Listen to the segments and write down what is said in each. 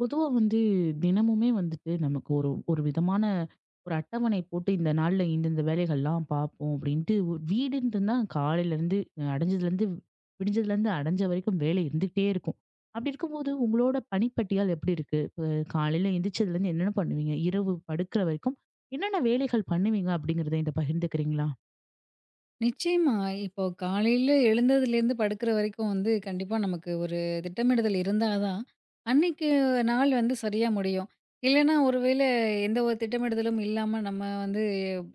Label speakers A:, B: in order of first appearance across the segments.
A: பொதுவா வந்து தினமுமே வந்துட்டு நமக்கு ஒரு ஒரு விதமான ஒரு அட்டவணை போட்டு இந்த நாள்ல இந்தந்த வேலைகள்லாம் பார்ப்போம் அப்படின்ட்டு ஒரு வீடுன்றது தான் காலையில இருந்து அடைஞ்சதுல இருந்து விடிஞ்சதுல இருந்து அடைஞ்ச வரைக்கும் வேலை இருந்துகிட்டே இருக்கும். அப்படி இருக்கும்போது உங்களோட பணிப்பட்டியால் எப்படி இருக்கு இப்ப? காலையில எந்திரிச்சதுல இருந்து என்னென்ன பண்ணுவீங்க இரவு படுக்கிற வரைக்கும்? என்னென்ன வேலைகள் பண்ணுவீங்க அப்படிங்கறத இந்த பகிர்ந்துக்கிறீங்களா?
B: நிச்சயமா. இப்போ காலையில எழுந்ததுலேருந்து படுக்கிற வரைக்கும் வந்து கண்டிப்பா நமக்கு ஒரு திட்டமிடுதல் இருந்தா தான், அன்னைக்கு நாள் வந்து சரியா முடியும். இல்லன்னா ஒருவேளை எந்த ஒரு திட்டமிடுதலும் இல்லாம நம்ம வந்து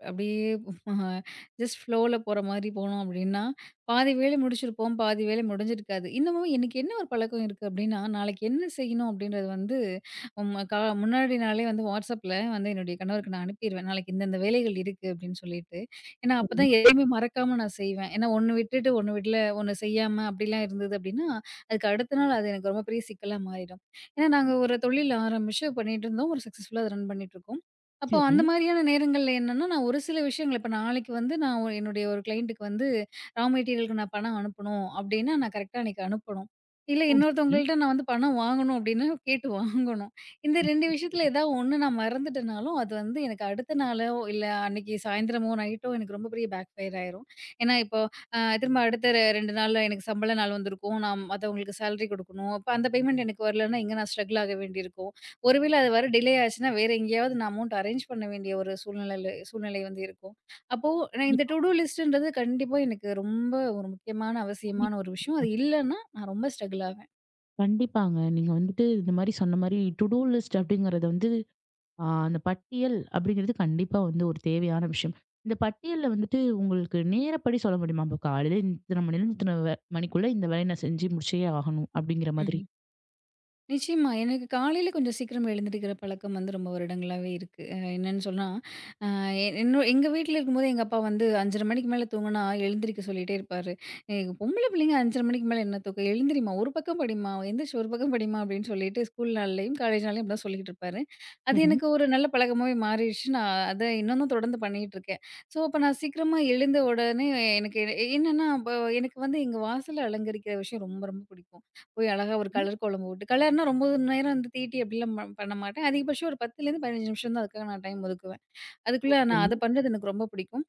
B: அப்படியே ஜஸ்ட் ஃப்ளோல போற மாரி போனோம் அப்படின்னா, பாதி வேலை முடிச்சிருப்போம், பாதி வேலை முடிஞ்சிருக்காது. இன்னமும் எனக்கு என்ன ஒரு பழக்கம் இருக்கு அப்படின்னா, நாளைக்கு என்ன செய்யணும் அப்படின்றது வந்து ம் கா முன்னாடி நாளே வந்து WhatsAppல வந்து என்னுடைய கணவருக்கு நான் அனுப்பிருவேன். நாளைக்கு இந்தந்த வேலைகள் இருக்கு அப்படின்னு சொல்லிட்டு. ஏன்னா,
A: சரி.
B: அப்பதான் எதையுமே மறக்காம நான் செய்வேன். ஏன்னா, ஒண்ணு விட்டுட்டு ஒண்ணு விடல, ஒண்ணு செய்யாம அப்படிலாம் இருந்தது அப்படின்னா, அதுக்கு அடுத்த நாள் அது எனக்கு ரொம்ப பெரிய சிக்கலா மாறிடும். ஏன்னா, நாங்க ஒரு தொழில் ஆரம்பிச்சு பண்ணிட்டுருந்தோம். ஒரு சக்சஸ்ஃபுல்லா அத ரன் பண்ணிட்டுருக்கோம். அப்போ
A: சரி.
B: அந்த மாதிரியான நேரங்கள்ல என்னன்னா, நான் ஒரு சில விஷயங்கள் இப்ப நாளைக்கு வந்து நான் என்னுடைய ஒரு கிளையண்ட்டுக்கு வந்து ரா மெட்டீரியலுக்கு நான் பணம் அனுப்பணும் அப்படின்னா, நான் கரெக்ட்டா அன்னைக்கு அனுப்பணும். இல்ல
A: ஓ, சரி.
B: இன்னொருத்தவங்கள்ட்ட நான் வந்து பணம் வாங்கணும் அப்படின்னா, கேட்டு வாங்கணும். இந்த
A: ஆ,
B: 2
A: சரி,
B: விஷயத்துல
A: சரி.
B: ஏதாவது ஒண்ணு நான் மறந்துட்டேனாலும், அது வந்து எனக்கு அடுத்த நாளோ, இல்ல அன்னைக்கு சாயந்திரமோ, நைட்டோ எனக்கு ரொம்ப பெரிய பேக் ஃபயர் ஆயிரும். ஏன்னா, இப்போ திரும்ப அடுத்த 2 நாள்ல எனக்கு சம்பள நாள் வந்திருக்கும். நான் மத்தவங்களுக்கு சேலரி குடுக்கணும். அப்ப அந்த பேமெண்ட் எனக்கு வரலன்னா, இங்க நான் ஸ்ட்ரகிள் ஆக வேண்டியிருக்கும். ஒருவேளை அது வர டிலே ஆச்சுன்னா, வேற எங்கேயாவது நான் அமௌண்ட் அரேஞ்ச் பண்ண வேண்டிய ஒரு சூழ்நிலை வந்து இருக்கும். அப்போ நான் இந்த
A: கண்டிப்பா.
B: டு டூ லிஸ்ட்ன்றது கண்டிப்பா எனக்கு ரொம்ப ஒரு முக்கியமான, அவசியமான
A: கண்டிப்பா,
B: ஒரு விஷயம்.
A: கண்டிப்பா.
B: அது இல்லன்னா நான் ரொம்ப ஸ்ட்ரகிள் ஆவேன்.
A: கண்டிப்பாங்க, நீங்க வந்துட்டு இந்த மாதிரி சொன்ன மாதிரி டு டூ லிஸ்ட் அப்படிங்கறத வந்து, ஆ, அந்த பட்டியல் அப்படிங்கிறது கண்டிப்பா வந்து ஒரு தேவையான விஷயம். இந்த பட்டியல்ல வந்துட்டு உங்களுக்கு நேரப்படி சொல்ல முடியுமா? இப்போ காலையில இத்தன மணிலேருந்து இத்தன வ மணிக்குள்ள இந்த வேலைய நான் செஞ்சு முடிச்சே ஆகணும் அப்படிங்கிற மாதிரி.
B: ம்ஹ்ம். நிச்சயமா. எனக்கு காலையில கொஞ்சம் சீக்கிரம் எழுந்திரிக்கிற பழக்கம் வந்து ரொம்ப வருடங்களாவே இருக்கு. என்னன்னு சொன்னா, என்னோ எங்க வீட்ல இருக்கும்போது எங்க அப்பா வந்து 5:30 மணிக்கு மேல தூங்குனா எழுந்திரிக்க சொல்லிட்டே இருப்பாரு. "ஏ பொம்பள பிள்ளைங்க 5:30 மணிக்கு மேல என்ன தூக்கம்? எழுந்திரிம்மா! ஒரு பக்கம் படிம்மா! எந்திரிச்சு ஒரு பக்கம் படிம்மா!" அப்படின்னு சொல்லிட்டு ஸ்கூல் நாள்லயும், காலேஜ் நாள்லயும் இப்படிதான் சொல்லிக்கிட்டு இருப்பாரு. அது
A: சரி.
B: எனக்கு ஒரு நல்ல பழக்கமாவே மாறிடுச்சு. நான் அத இன்னமும் தொடர்ந்து பண்ணிகிட்டுருக்கேன். ஸோ, அப்ப நான் சீக்கிரமா எழுந்த உடனே எனக்கு என்னன்னா, அப்ப எனக்கு வந்து எங்க வாசல அலங்கரிக்கிற விஷயம் ரொம்ப ரொம்ப பிடிக்கும். போய் அழகா ஒரு
A: ம்,
B: கலர் கோலம் போட்டு கலர்னா ரொம்ப நேரம் வந்து தீட்டி அப்படிலாம் பண்ண மாட்டேன். அதிகபட்சம் ஒரு 10லேருந்து 15 நிமிஷம் தான் அதுக்காக நான் டைம் ஒதுக்குவேன். அதுக்குள்ள நான்
A: சரி.
B: அத பண்றது எனக்கு ரொம்ப பிடிக்கும்.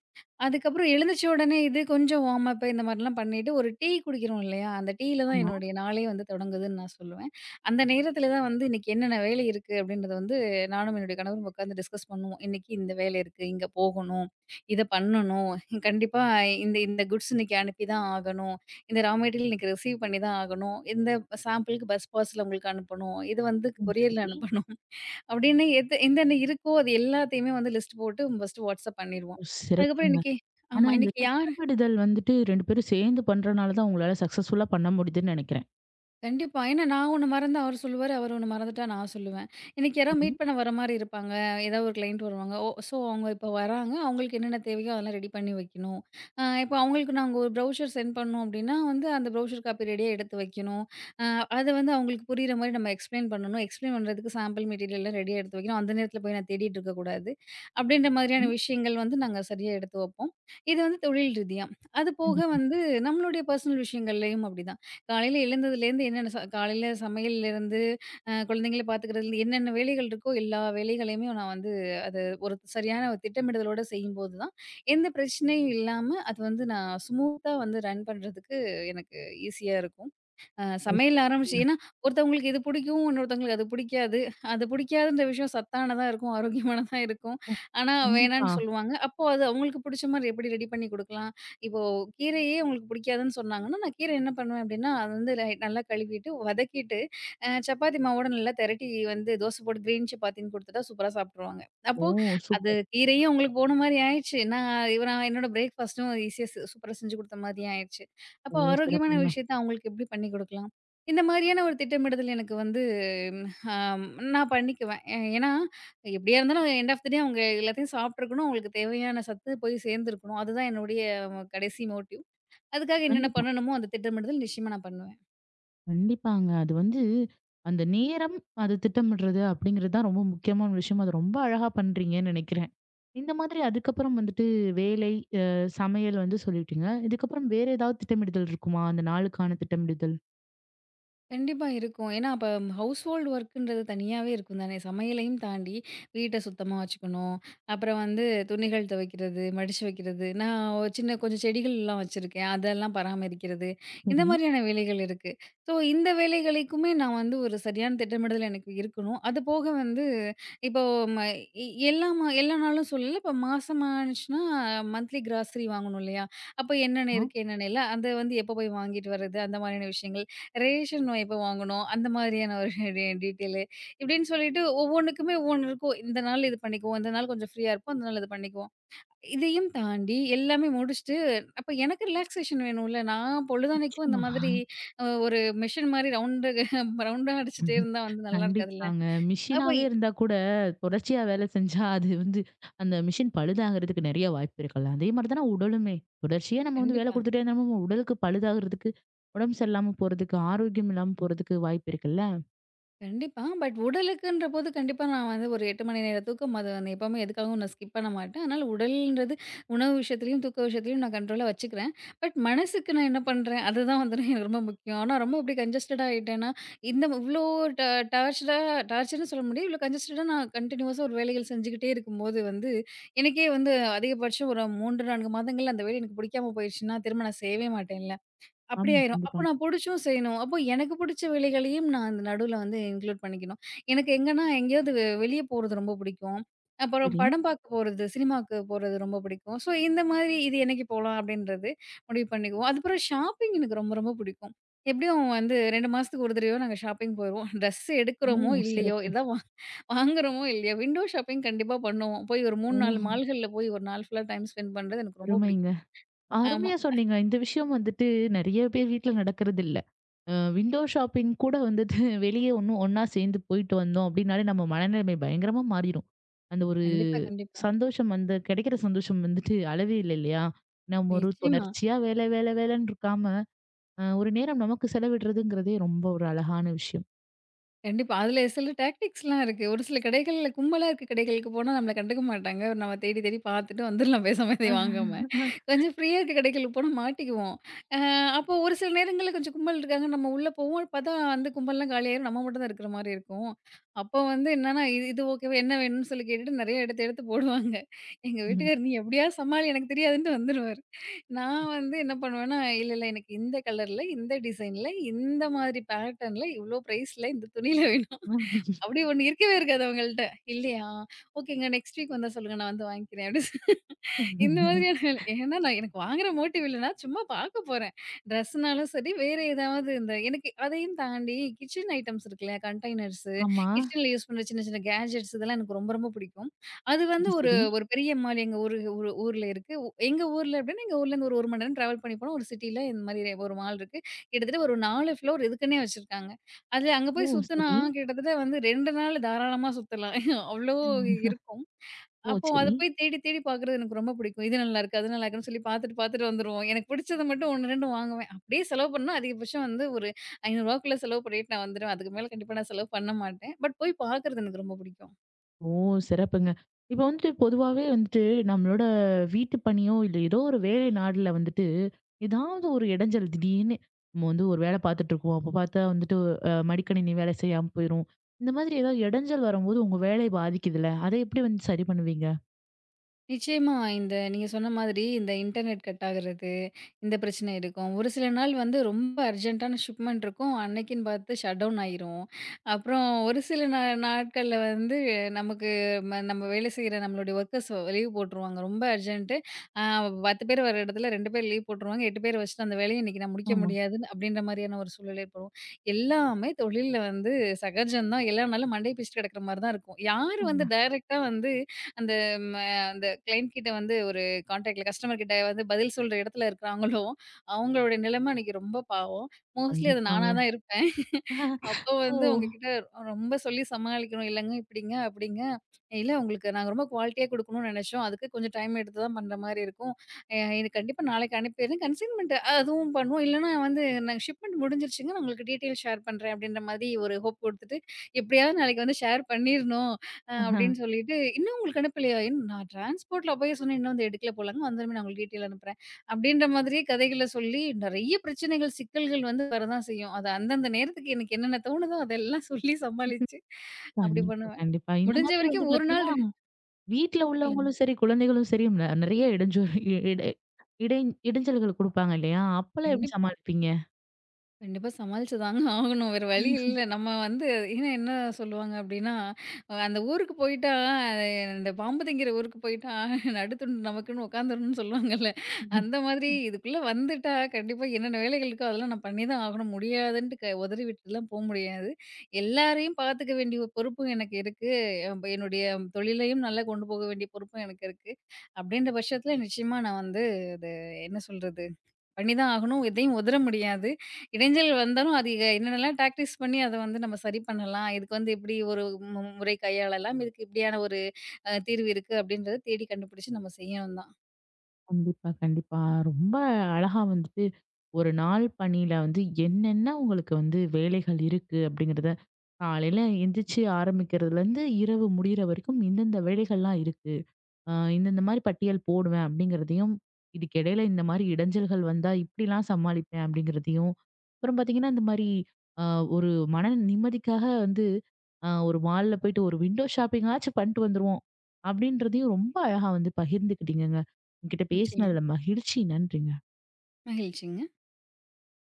B: அதுக்கப்புறம் எழுந்திரிச்ச உடனே இது கொஞ்சம் வார்ம் அப் இந்த மாரிலாம் பண்ணிட்டு, ஒரு டீ குடிக்கிறோம் இல்லையா? அந்த டீயில தான்
A: ஆமா.
B: என்னுடைய நாளே வந்து தொடங்குதுன்னு நான் சொல்லுவேன். அந்த நேரத்தில தான் வந்து இன்னைக்கு என்னென்ன வேலை இருக்கு அப்படின்றத வந்து நானும் என்னுடைய கணவரும் உட்காந்து டிஸ்கஸ் பண்ணுவோம். இன்னைக்கு இந்த வேலை இருக்கு, இங்க போகணும், இத பண்ணணும், கண்டிப்பா இந்த இந்த குட்ஸ் இன்னைக்கு அனுப்பி தான் ஆகணும், இந்த ரா மெட்டீரியல் இன்னைக்கு ரிசீவ் பண்ணி தான் ஆகணும், இந்த சாம்பிளுக்கு பஸ் பாஸ்ல உங்களுக்கு அனுப்பணும், இது வந்து
A: ம்,
B: கொரியர்ல
A: சரி.
B: அனுப்பணும். அப்படின்னு எது எந்தெந்த இருக்கோ, அது எல்லாத்தையுமே வந்து லிஸ்ட் போட்டு ஃபர்ஸ்ட்டு வாட்ஸ்அப் பண்ணிருவோம்.
A: ஓ,
B: அதுக்கப்புறம்
A: சிறப்புங்க.
B: இன்னைக்கு
A: ஆனா,
B: ஆமா.
A: அந்த
B: இன்னைக்கு யார்
A: திட்டமிடுதல் வந்துட்டு 2 பேரும் சேர்ந்து பண்றனால தான் உங்களால சக்சஸ்ஃபுல்லா பண்ண முடியுதுன்னு நெனைக்கிறேன்.
B: கண்டிப்பா. ஏன்னா நான் ஒண்ணு மறந்தா அவரு சொல்லுவாரு, அவரு ஒண்ணு மறந்துட்டா நான் சொல்லுவேன். எனக்கு யாராவது
A: சரி,
B: மீட் பண்ண வர மாரி இருப்பாங்க. ஏதாவது ஒரு கிளையண்ட் வருவாங்க. ஓ! ஸோ அவங்க இப்போ வராங்க. அவங்களுக்கு என்னென்ன தேவையோ அதெல்லாம் ரெடி பண்ணி வைக்கணும். இப்போ அவங்களுக்கு நாங்க ஒரு ப்ரௌச்சர் சென்ட் பண்ணோம் அப்படின்னா வந்து அந்த ப்ரௌச்சர் காப்பி ரெடியா எடுத்து வைக்கணும். அ அத வந்து அவங்களுக்கு புரியிற மாரி நம்ம எக்ஸ்ப்ளைன் பண்ணணும். எக்ஸ்ப்ளைன் பண்றதுக்கு சாம்பிள் மெட்டீரியல்லாம் ரெடியா எடுத்து வைக்கணும். அந்த நேரத்தில போய் நான் தேடிட்டு இருக்கக்கூடாது. அப்படின்ற மாதிரியான
A: சரி.
B: விஷயங்கள் வந்து நாங்க சரியா எடுத்து வைப்போம். இது வந்து தொழில் ரீதியா. அது போக
A: கண்டிப்பா.
B: வந்து நம்மளுடைய பெர்சனல் விஷயங்கள்லயும் அப்படிதான். காலையில எழுந்ததுலேருந்து என்னென்ன காலையில சமையல்லேருந்து, குழந்தைங்கள பார்த்துக்கிறதுலேருந்து என்னென்ன வேலைகள் இருக்கோ எல்லா வேலைகளையுமே நான் வந்து அது ஒரு சரியான ஒரு திட்டமிடுதலோட செய்யும்போது தான், எந்த பிரச்சனையும் இல்லாம அது வந்து நான் ஸ்மூத்தா வந்து ரன் பண்றதுக்கு எனக்கு ஈஸியா இருக்கும்.
A: ஓ,
B: சமையல்
A: சிறப்பு.
B: ஆரம்பிச்சு ஏன்னா ஒருத்தவங்களுக்கு இது பிடிக்கும், இன்னொருத்தவங்களுக்கு அது பிடிக்காது. அது பிடிக்காதுன்ற விஷயம் சத்தானதா இருக்கும், ஆரோக்கியமானதா இருக்கும். ஆனா
A: கண்டிப்பா.
B: வேணான்னு சொல்லுவாங்க. அப்போ அது அவங்களுக்கு பிடிச்ச மாரி எப்படி ரெடி பண்ணி குடுக்கலாம்? இப்போ கீரையே உங்களுக்கு பிடிக்காதுன்னு சொன்னாங்கன்னா, நான் கீரை என்ன பண்ணுவேன் அப்படின்னா, அது வந்து நல்லா கழுவிட்டு, வதக்கிட்டு, சப்பாத்தி மாவோட நல்லா தெரட்டி வந்து தோசை போட்டு கிரீன் சப்பாத்தின்னு குடுத்துட்டா சூப்பரா சாப்ட்டுருவாங்க.
A: ஓ,
B: அப்போ அது
A: சூப்பர்.
B: கீரையும் அவங்களுக்கு போன மாரி ஆயிடுச்சு. நான் நான் என்னோட பிரேக்ஃபாஸ்ட்டும் ஈஸியா சூப்பரா செஞ்சு குடுத்த மாரியும் ஆயிடுச்சு.
A: ஓ,
B: அப்போ ஆரோக்கியமான
A: சிறப்புங்க.
B: விஷயத்த அவங்களுக்கு எப்படி பண்ணி குடுக்கலாம்? இந்த மாரியான ஒரு திட்டமிடுதல் எனக்கு வந்து அம் நான் பண்ணிக்குவேன். ஏன்னா, எப்படியா இருந்தாலும் எண்ட் ஆஃப் த டே அவங்க எல்லாத்தையும் சாப்ட்டுருக்கணும். அவங்களுக்கு தேவையான சத்து போய் சேர்ந்திருக்கணும். அதுதான் என்னுடைய கடைசி மோட்டிவ். அதுக்காக என்னென்ன
A: கண்டிப்பா.
B: பண்ணணுமோ அந்த திட்டமிடுதல் நிச்சயமா நான் பண்ணுவேன்.
A: கண்டிப்பாங்க. அது வந்து, அந்த நேரம், அது திட்டமிடுறது அப்படிங்கிறது தான் ரொம்ப முக்கியமான விஷயம். அது ரொம்ப அழகா பண்றீங்கன்னு நினைக்கிறேன். இந்த மாதிரி அதுக்கப்புறம் வந்துட்டு வேலை, அ சமையல் வந்து சொல்லிட்டீங்க. இதுக்கப்புறம் வேற ஏதாவது திட்டமிடுதல் இருக்குமா? அந்த நாளுக்கான திட்டமிடுதல்?
B: கண்டிப்பா இருக்கும். ஏன்னா, அப்ப ஹவுஸ் ஹோல்டு ஒர்க்ன்றது தனியாவே இருக்கும் தானே! சமையலையும் தாண்டி வீட்ட சுத்தமா வச்சுக்கணும். அப்புறம் வந்து துணிகள் துவைக்கிறது, மடிச்சு வைக்கிறது. நான் ஒரு சின்ன கொஞ்சம் செடிகள்லாம் வச்சிருக்கேன். அதெல்லாம் பராமரிக்கிறது. இந்த
A: சரி.
B: மாதிரியான வேலைகள் இருக்கு. ஸோ, இந்த வேலைகளுக்குமே நான் வந்து ஒரு சரியான திட்டமிடுதல் எனக்கு இருக்கணும். அது போக வந்து இப்போ ம எ எல்லா ம எல்லா நாளும் சொல்லல. இப்போ மாசமானுச்சுன்னா மந்த்லி கிராசரி வாங்கணும் இல்லையா? அப்ப என்னென்ன
A: ஆ,
B: இருக்கு? என்னென்ன இல்ல? அத வந்து எப்போ போய் வாங்கிட்டு வர்றது? அந்த மாதிரியான விஷயங்கள் ரேஷன் எப்ப வாங்கணும்? அந்த மாதிரியான ஒரு டீட்டெயிலு. இப்படின்னு சொல்லிட்டு ஒவ்வொன்னுக்குமே ஒவ்வொன்னு இருக்கும். இந்த நாள் இது பண்ணிக்குவோம். இந்த நாள் கொஞ்சம் ஃப்ரீயா இருப்போம். அந்த நாள் இது பண்ணிக்குவோம். இதையும் தாண்டி எல்லாமே முடிச்சுட்டு, அப்ப எனக்கு ரிலாக்சேஷன் வேணும்ல. நான் பொழுதன்னைக்கும் இந்த
A: நிச்சயமா.
B: மாதிரி ஒரு மெஷின் மாரி ரவுண்டு ரவுண்டா அடிச்சுட்டே இருந்தா வந்து நல்லா இருக்காதுல்ல.
A: கண்டிப்பாங்க.
B: அப்ப
A: மிஷினாவே
B: இ
A: இருந்தா கூட, தொடர்ச்சியா வேலை செஞ்சா அது வந்து அந்த மிஷின் பழுதாகறதுக்கு நெறைய வாய்ப்பு இருக்குல்ல. அதே மாரி தான உடலுமே. தொடர்ச்சியா நம்ம வந்து வேலை
B: கண்டிப்பா.
A: குடுத்துட்டே இருந்தா நம்ம உடலுக்கு பழுதாகறதுக்கு, உடம்பு சரியில்லாம போறதுக்கு, ஆரோக்கியம் இல்லாம போறதுக்கு வாய்ப்பு இருக்குல்ல.
B: கண்டிப்பா. பட் உடலுக்குன்ற போது கண்டிப்பா நான் வந்து ஒரு 8 மணி நேர தூக்கம் அத வந்து எப்பவுமே எதுக்காகவும் நான் ஸ்கிப் பண்ண மாட்டேன். அதனால உடல்ன்றது உணவு விஷயத்துலயும், தூக்க விஷயத்துலயும் நான் கண்ட்ரோலா வச்சுக்கிறேன். பட் மனசுக்கு நான் என்ன பண்றேன்? அதுதான் வந்து எனக்கு ரொம்ப முக்கியம். ஆனா ரொம்ப அப்படி கன்ஜஸ்டடா ஆயிட்டேன்னா, இந்த இவ்ளோ ட டார்ச்சரா டார்ச்சர்ன்னு சொல்ல முடியாது. இவ்ளோ கன்ஜஸ்டடா நான் கன்டினியூவஸா ஒரு வேலைகள் செஞ்சுக்கிட்டே இருக்கும்போது வந்து, எனக்கே வந்து அதிகபட்சம் ஒரு 3, 4 மாதங்கள்ல அந்த வேலை எனக்கு பிடிக்காம போயிருச்சுன்னா, திரும்ப நான் செய்யவே மாட்டேன்ல. அப்படி
A: ஆமா,
B: ஆயிரும். அப்போ
A: கண்டிப்பா.
B: நான் புடிச்சும் செய்யணும். அப்போ எனக்கு புடிச்ச வேலைகளையும் நான் அந்த நடுவுல வந்து இன்க்ளூட் பண்ணிக்கணும். எனக்கு எங்கன்னா எங்கேயாவது வெளிய போறது ரொம்ப பிடிக்கும். அப்புறம்
A: சரி.
B: படம் பார்க்க போறது, சினிமாக்கு போறது ரொம்ப பிடிக்கும். ஸோ, இந்த மாதிரி இது என்னைக்கு போலாம் அப்படின்றது முடிவு பண்ணிக்குவோம். அதுக்கப்புறம் ஷாப்பிங் எனக்கு ரொம்ப ரொம்ப பிடிக்கும். எப்படியும் வந்து 2 மாசத்துக்கு ஒரு தடவையோ நாங்க ஷாப்பிங் போயிருவோம். ட்ரெஸ்
A: ஓ,
B: எடுக்கிறோமோ இல்லையோ,
A: சிறப்பு.
B: எதா வா வாங்குறோமோ இல்லையோ, விண்டோ ஷாப்பிங் கண்டிப்பா பண்ணுவோம். போய் ஒரு 3,
A: ஓ,
B: 4 மால்கள்ல போய் ஒரு நாள் ஃபுல்லா டைம் ஸ்பெண்ட் பண்றது எனக்கு ரொம்ப
A: அருமைங்க.
B: பிடிக்கும். ஆமா.
A: அருமையா சொன்னீங்க. இந்த விஷயம் வந்துட்டு நெறைய பேர் வீட்ல நடக்கறதில்ல. அ விண்டோ ஷாப்பிங் கூட வந்துட்டு வெளிய ஒண்ணும் ஒண்ணா சேர்ந்து போயிட்டு வந்தோம் அப்டின்னாலே நம்ம மனநிலைமை பயங்கரமா மாறிரும். அந்த ஒரு
B: கண்டிப்பா, கண்டிப்பா.
A: சந்தோஷம், அந்த கிடைக்கிற சந்தோஷம் வந்துட்டு அளவே இல்ல, இல்லையா? நம்ம ஒரு
B: நிச்சயமா.
A: தொடர்ச்சியா வேலை, வேலை, வேலைன்னு இருக்காம, அ ஒரு நேரம் நமக்கு செலவிடுறதுங்கிறதே ரொம்ப ஒரு அழகான விஷயம்.
B: கண்டிப்பா. அதில சில டாக்டிக்ஸ்லாம் இருக்கு. ஒரு சில கடைகள்ல கும்பலா இருக்க கடைகளுக்கு போனா நம்மள கண்டுக்க மாட்டாங்க. நம்ம தேடி தேடி பார்த்துட்டு வந்துரலாம் பேசாம இதை வாங்காம. கொஞ்சம் ஃப்ரீயா இருக்க கடைகளுக்கு போனா மாட்டிக்குவோம். அ அப்போ ஒரு சில நேரங்கள்ல கொஞ்சம் கும்பல் இருக்காங்க. நம்ம உள்ள போவோம். பார்த்தா அந்த கும்பல்லாம் காலியாயிரும். நம்ம மட்டும் தான் இருக்கிற மாரி இருக்கும். அப்போ வந்து என்னன்னா, இது இது ஓகேவா? என்ன வேணும்னு சொல்லி கேட்டுட்டு நெறைய எடுத்து எடுத்து போடுவாங்க. எங்க வீட்டுக்காரர், "நீ எப்படியாவது சமாளி எனக்கு தெரியாதுன்ட்டு" வந்துருவாரு. நான் வந்து என்ன பண்ணுவேன்னா, இல்ல, இல்ல எனக்கு இந்த கலர்ல, இந்த டிசைன்ல, இந்த மாதிரி பேட்டர்ன்ல, இவ்ளோ பிரைஸ்ல இந்த துணியில வேணும். அப்படி ஒண்ணு இருக்கவே இருக்காது அவங்கள்ட்ட. இல்லையா? ஓகேங்க நெக்ஸ்ட் வீக் வந்தா சொல்லுங்க. நான் வந்து வாங்கிக்கிறேன். அப்படி சொ இந்த
A: உம்.
B: மாதிரியான வேலை. ஏன்னா நான் எனக்கு வாங்குற மோட்டிவ் இல்ல. நான் சும்மா பார்க்க போறேன். ட்ரெஸ்னாலும் சரி, வேற ஏதாவது இந்த எனக்கு அதையும் தாண்டி கிச்சன் ஐட்டம்ஸ் இருக்குல்ல, கண்டெய்னர்ஸு,
A: ஆமா.
B: கிச்சன்ல யூஸ் பண்ற சின்ன சின்ன கேட்ஜெட்ஸ் இதெல்லாம் எனக்கு ரொம்ப ரொம்ப பிடிக்கும். அது வந்து
A: சரி,
B: ஒரு
A: சரி.
B: ஒரு பெரிய மால் எங்க ஊரு ஊரு ஊர்ல இருக்கு. எங்க ஊர்ல அப்படின்னா, எங்க ஊர்ல இருந்து ஒரு 1 மணி நேரம் டிராவல் பண்ணி போனா ஒரு சிட்டில இந்த மாதிரி ஒரு மால் இருக்கு. கிட்டத்தட்ட ஒரு 4 ஃப்ளோர் இதுக்குன்னே வச்சிருக்காங்க. அது அங்க
A: ஓ,
B: போய் சுத்துனா
A: சரி.
B: கிட்டத்தட்ட வந்து 2 நாள் தாராளமா சுத்தலாம். அவ்ளோ இருக்கும்.
A: ஓ,
B: அப்போ அத
A: சரி.
B: போய் தேடி தேடி பார்க்குறது எனக்கு ரொம்ப பிடிக்கும். இது நல்லாருக்கு, அது நல்லாருக்குன்னு சொல்லி பார்த்துட்டு பார்த்துட்டு வந்துருவோம். எனக்கு பிடிச்சத மட்டும் 1, 2 வாங்குவேன். அப்படியே செலவு பண்ணா அதிகபட்சம் வந்து ஒரு ரூ. 500க்குள்ள செலவு பண்ணிட்டு நான் வந்துருவேன். அதுக்கு மேல கண்டிப்பா நான் செலவு பண்ண மாட்டேன். பட் போய் பார்க்குறது எனக்கு ரொம்ப பிடிக்கும்.
A: ஓ, சிறப்புங்க. இப்ப வந்துட்டு பொதுவாவே வந்துட்டு நம்மளோட வீட்டு பணியோ, இல்ல ஏதோ ஒரு வேலை நாள்ல வந்துட்டு, ஏதாவது ஒரு இடைஞ்சல் திடீர்னு நம்ம வந்து ஒரு வேலை பார்த்துட்டு இருக்கோம். அப்ப பார்த்தா வந்துட்டு அ மடிக்கணினி வேலை செய்யாம போயிரும். இந்த மாதிரி ஏதாவது இடைஞ்சல் வரும்போது உங்க வேலை பாதிக்குதுல்ல, அத எப்படி வந்து சரி பண்ணுவீங்க?
B: நிச்சயமா. இந்த நீங்க சொன்ன மாதிரி இந்த இன்டர்நெட் கட் ஆகுறது, இந்த பிரச்சனை இருக்கும். ஒரு சில நாள் வந்து ரொம்ப அர்ஜென்ட்டான ஷிப்மெண்ட் இருக்கும். அன்னைக்குன்னு பார்த்து ஷட் டவுன் ஆயிரும். அப்புறம் ஒரு சில நாட்கள்ல வந்து நமக்கு நம்ம வேலை செய்ற நம்மளுடைய ஒர்க்கர்ஸ் லீவ் போட்டுருவாங்க. ரொம்ப அர்ஜென்ட்டு அ 10 பேர் வர இடத்துல 2 பேர் லீவ் போட்டுருவாங்க. 8 பேர் வச்சுட்டு அந்த வேலைய இன்னைக்கு நான் முடிக்க
A: ஆமா.
B: முடியாதுன்னு அப்படின்ற மாரியான ஒரு சூழ்நிலை ஏற்படும். எல்லாமே தொழில்ல வந்து சகஜம் தான். எல்லா நாளும் மண்டைய பிச்சுட்டு கிடக்குற மாரி தான் இருக்கும். யாரு வந்து
A: ஆமா.
B: டைரக்ட்டா வந்து அந்த அந்த கிளையண்ட் கிட்ட வந்து ஒரு கான்டாக்ட்ல கஸ்டமர் கிட்ட வந்து பதில் சொல்ற இடத்துல இருக்கிறாங்களோ, அவங்களோட நிலைமை அன்னைக்கு ரொம்ப பாவம். மோஸ்ட்லி அது நானா
A: கண்டிப்பாங்க.
B: தான் இருப்பேன். அப்போ
A: ஓ.
B: வந்து அவங்ககிட்ட ரொம்ப சொல்லி சமாளிக்கணும். "இல்லங்க, இப்படிங்க, அப்படிங்க. இல்ல உங்களுக்கு நாங்க ரொம்ப குவாலிட்டியா குடுக்கணும்னு நெனைச்சோம். அதுக்கு கொஞ்சம் டைம் எடுத்து தான் பண்ற மாரி இருக்கும். இது கண்டிப்பா நாளைக்கு அனுப்பிடுறேன். கன்சைன்மென்ட் அதுவும் பண்ணுவோம். இல்லன்னா வந்து நாங்க ஷிப்மென்ட் முடிஞ்சிருச்சுங்க. நான் உங்களுக்கு டீட்டெயில் ஷேர் பண்றேன்." அப்படின்ற மாதிரி ஒரு ஹோப் குடுத்துட்டு, எப்படியாவது நாளைக்கு வந்து ஷேர் பண்ணிரணும்.
A: ஆஹ்.
B: அப்படின்னு சொல்லிட்டு, "இன்னும் உங்களுக்கு அனுப்பலையா? நான் டிரான்ஸ்போர்ட்ல அப்பயே சொன்னேன், இன்னும் வந்து எடுக்கல போலங்க. வந்ததுமே நான் உங்களுக்கு டீட்டெயில் அனுப்புறேன்." அப்படின்ற மாதிரியே கதைகள சொல்லி நெறைய பிரச்சனைகள், சிக்கல்கள் வந்து வரதான் செய்யும். அது அந்தந்த நேரத்துக்கு எனக்கு என்னென்ன தோணுதோ அதெல்லாம் சொல்லி சமாளிச்சு அப்படி
A: கண்டிப்பா,
B: பண்ணுவேன்.
A: கண்டிப்பா. இந்த
B: முடிஞ்ச
A: மாதிரி வந்து
B: வரைக்கும் ஒரு நாள்
A: பார்த்தீங்கன்னா, வீட்ல
B: சொல்லுங்க.
A: உள்ளவங்களும் சரி, குழந்தைகளும் சரி, நெ நெறைய இடைஞ்சல் இ இடை இடை இடைஞ்சல்கள் குடுப்பாங்க இல்லையா? அப்பலாம் எப்படி
B: கண்டிப்பா.
A: சமாளிப்பீங்க?
B: கண்டிப்பா சமாளிச்சு தாங்க ஆகணும். வேற வழி இல்ல. நம்ம வந்து ஏன்னா என்ன சொல்லுவாங்க அப்டின்னா, "அந்த ஊருக்கு போயிட்டா, இந்த பாம்பு திங்கிற ஊருக்கு போயிட்டா, நடுத்துண்டு நமக்குன்னு உட்காந்துரணும்னு" சொல்லுவாங்கல்ல.
A: ம்ஹ்ம்.
B: அந்த மாதிரி இதுக்குள்ள வந்துட்டா, கண்டிப்பா என்னென்ன வேலைகள் இருக்கோ அதெல்லாம் நான் பண்ணி தான் ஆகணும். முடியாதுன்ட்டு உதறி விட்டுலாம் போ முடியாது. எல்லாரையும் பார்த்துக்க வேண்டிய பொறுப்பும் எனக்கு இருக்கு. என்னுடைய தொழிலையும் நல்லா கொண்டு போக வேண்டிய பொறுப்பும் எனக்கு இருக்கு. அப்டின்ற பட்சத்துல நிச்சயமா நான் வந்து அது என்ன சொல்றது? பண்ணிதான் ஆகணும். எதையும் உதற முடியாது. இடைஞ்சல் வந்தாலும் அது என்னென்னலாம் டாக்டிக்ஸ் பண்ணி அத வந்து நம்ம சரி பண்ணலாம். இதுக்கு வந்து இப்டி ஒரு முறை கையாளலாம். இதுக்கு இப்டியான ஒரு தீர்வு இருக்கு அப்டின்றத தேடி கண்டுபிடிச்சு நம்ம செய்யணும் தான்.
A: கண்டிப்பா, கண்டிப்பா. ரொம்ப அழகா வந்துட்டு ஒரு நாள் பணியில வந்து என்னென்ன உங்களுக்கு வந்து வேலைகள் இருக்கு அப்படிங்கிறத, காலையில எந்திரிச்சு ஆரம்பிக்கிறதுலேருந்து இரவு முடியிற வரைக்கும் இந்தந்த வேலைகள்லாம் இருக்கு. அ இந்தந்த மாரி பட்டியல் போடுவேன் அப்படிங்கிறதையும், இதுக்கிடையில இந்த மாரி இடைஞ்சல்கள் வந்தா இப்படிலாம் சமாளிப்பேன் அப்படிங்கிறதையும், அப்புறம் பார்த்தீங்கன்னா, இந்த மாரி அ ஒரு மன நிம்மதிக்காக வந்து அ ஒரு மால்ல போயிட்டு ஒரு விண்டோ ஷாப்பிங்காச்சும் பண்ணிட்டு வந்துருவோம் அப்படின்றதையும் ரொம்ப அழகா வந்து பகிர்ந்துக்கிட்டீங்கங்க. உங்ககிட்ட
B: நிச்சயமா.
A: பேசினதுல மகிழ்ச்சி. நன்றிங்க.
B: மகிழ்ச்சிங்க.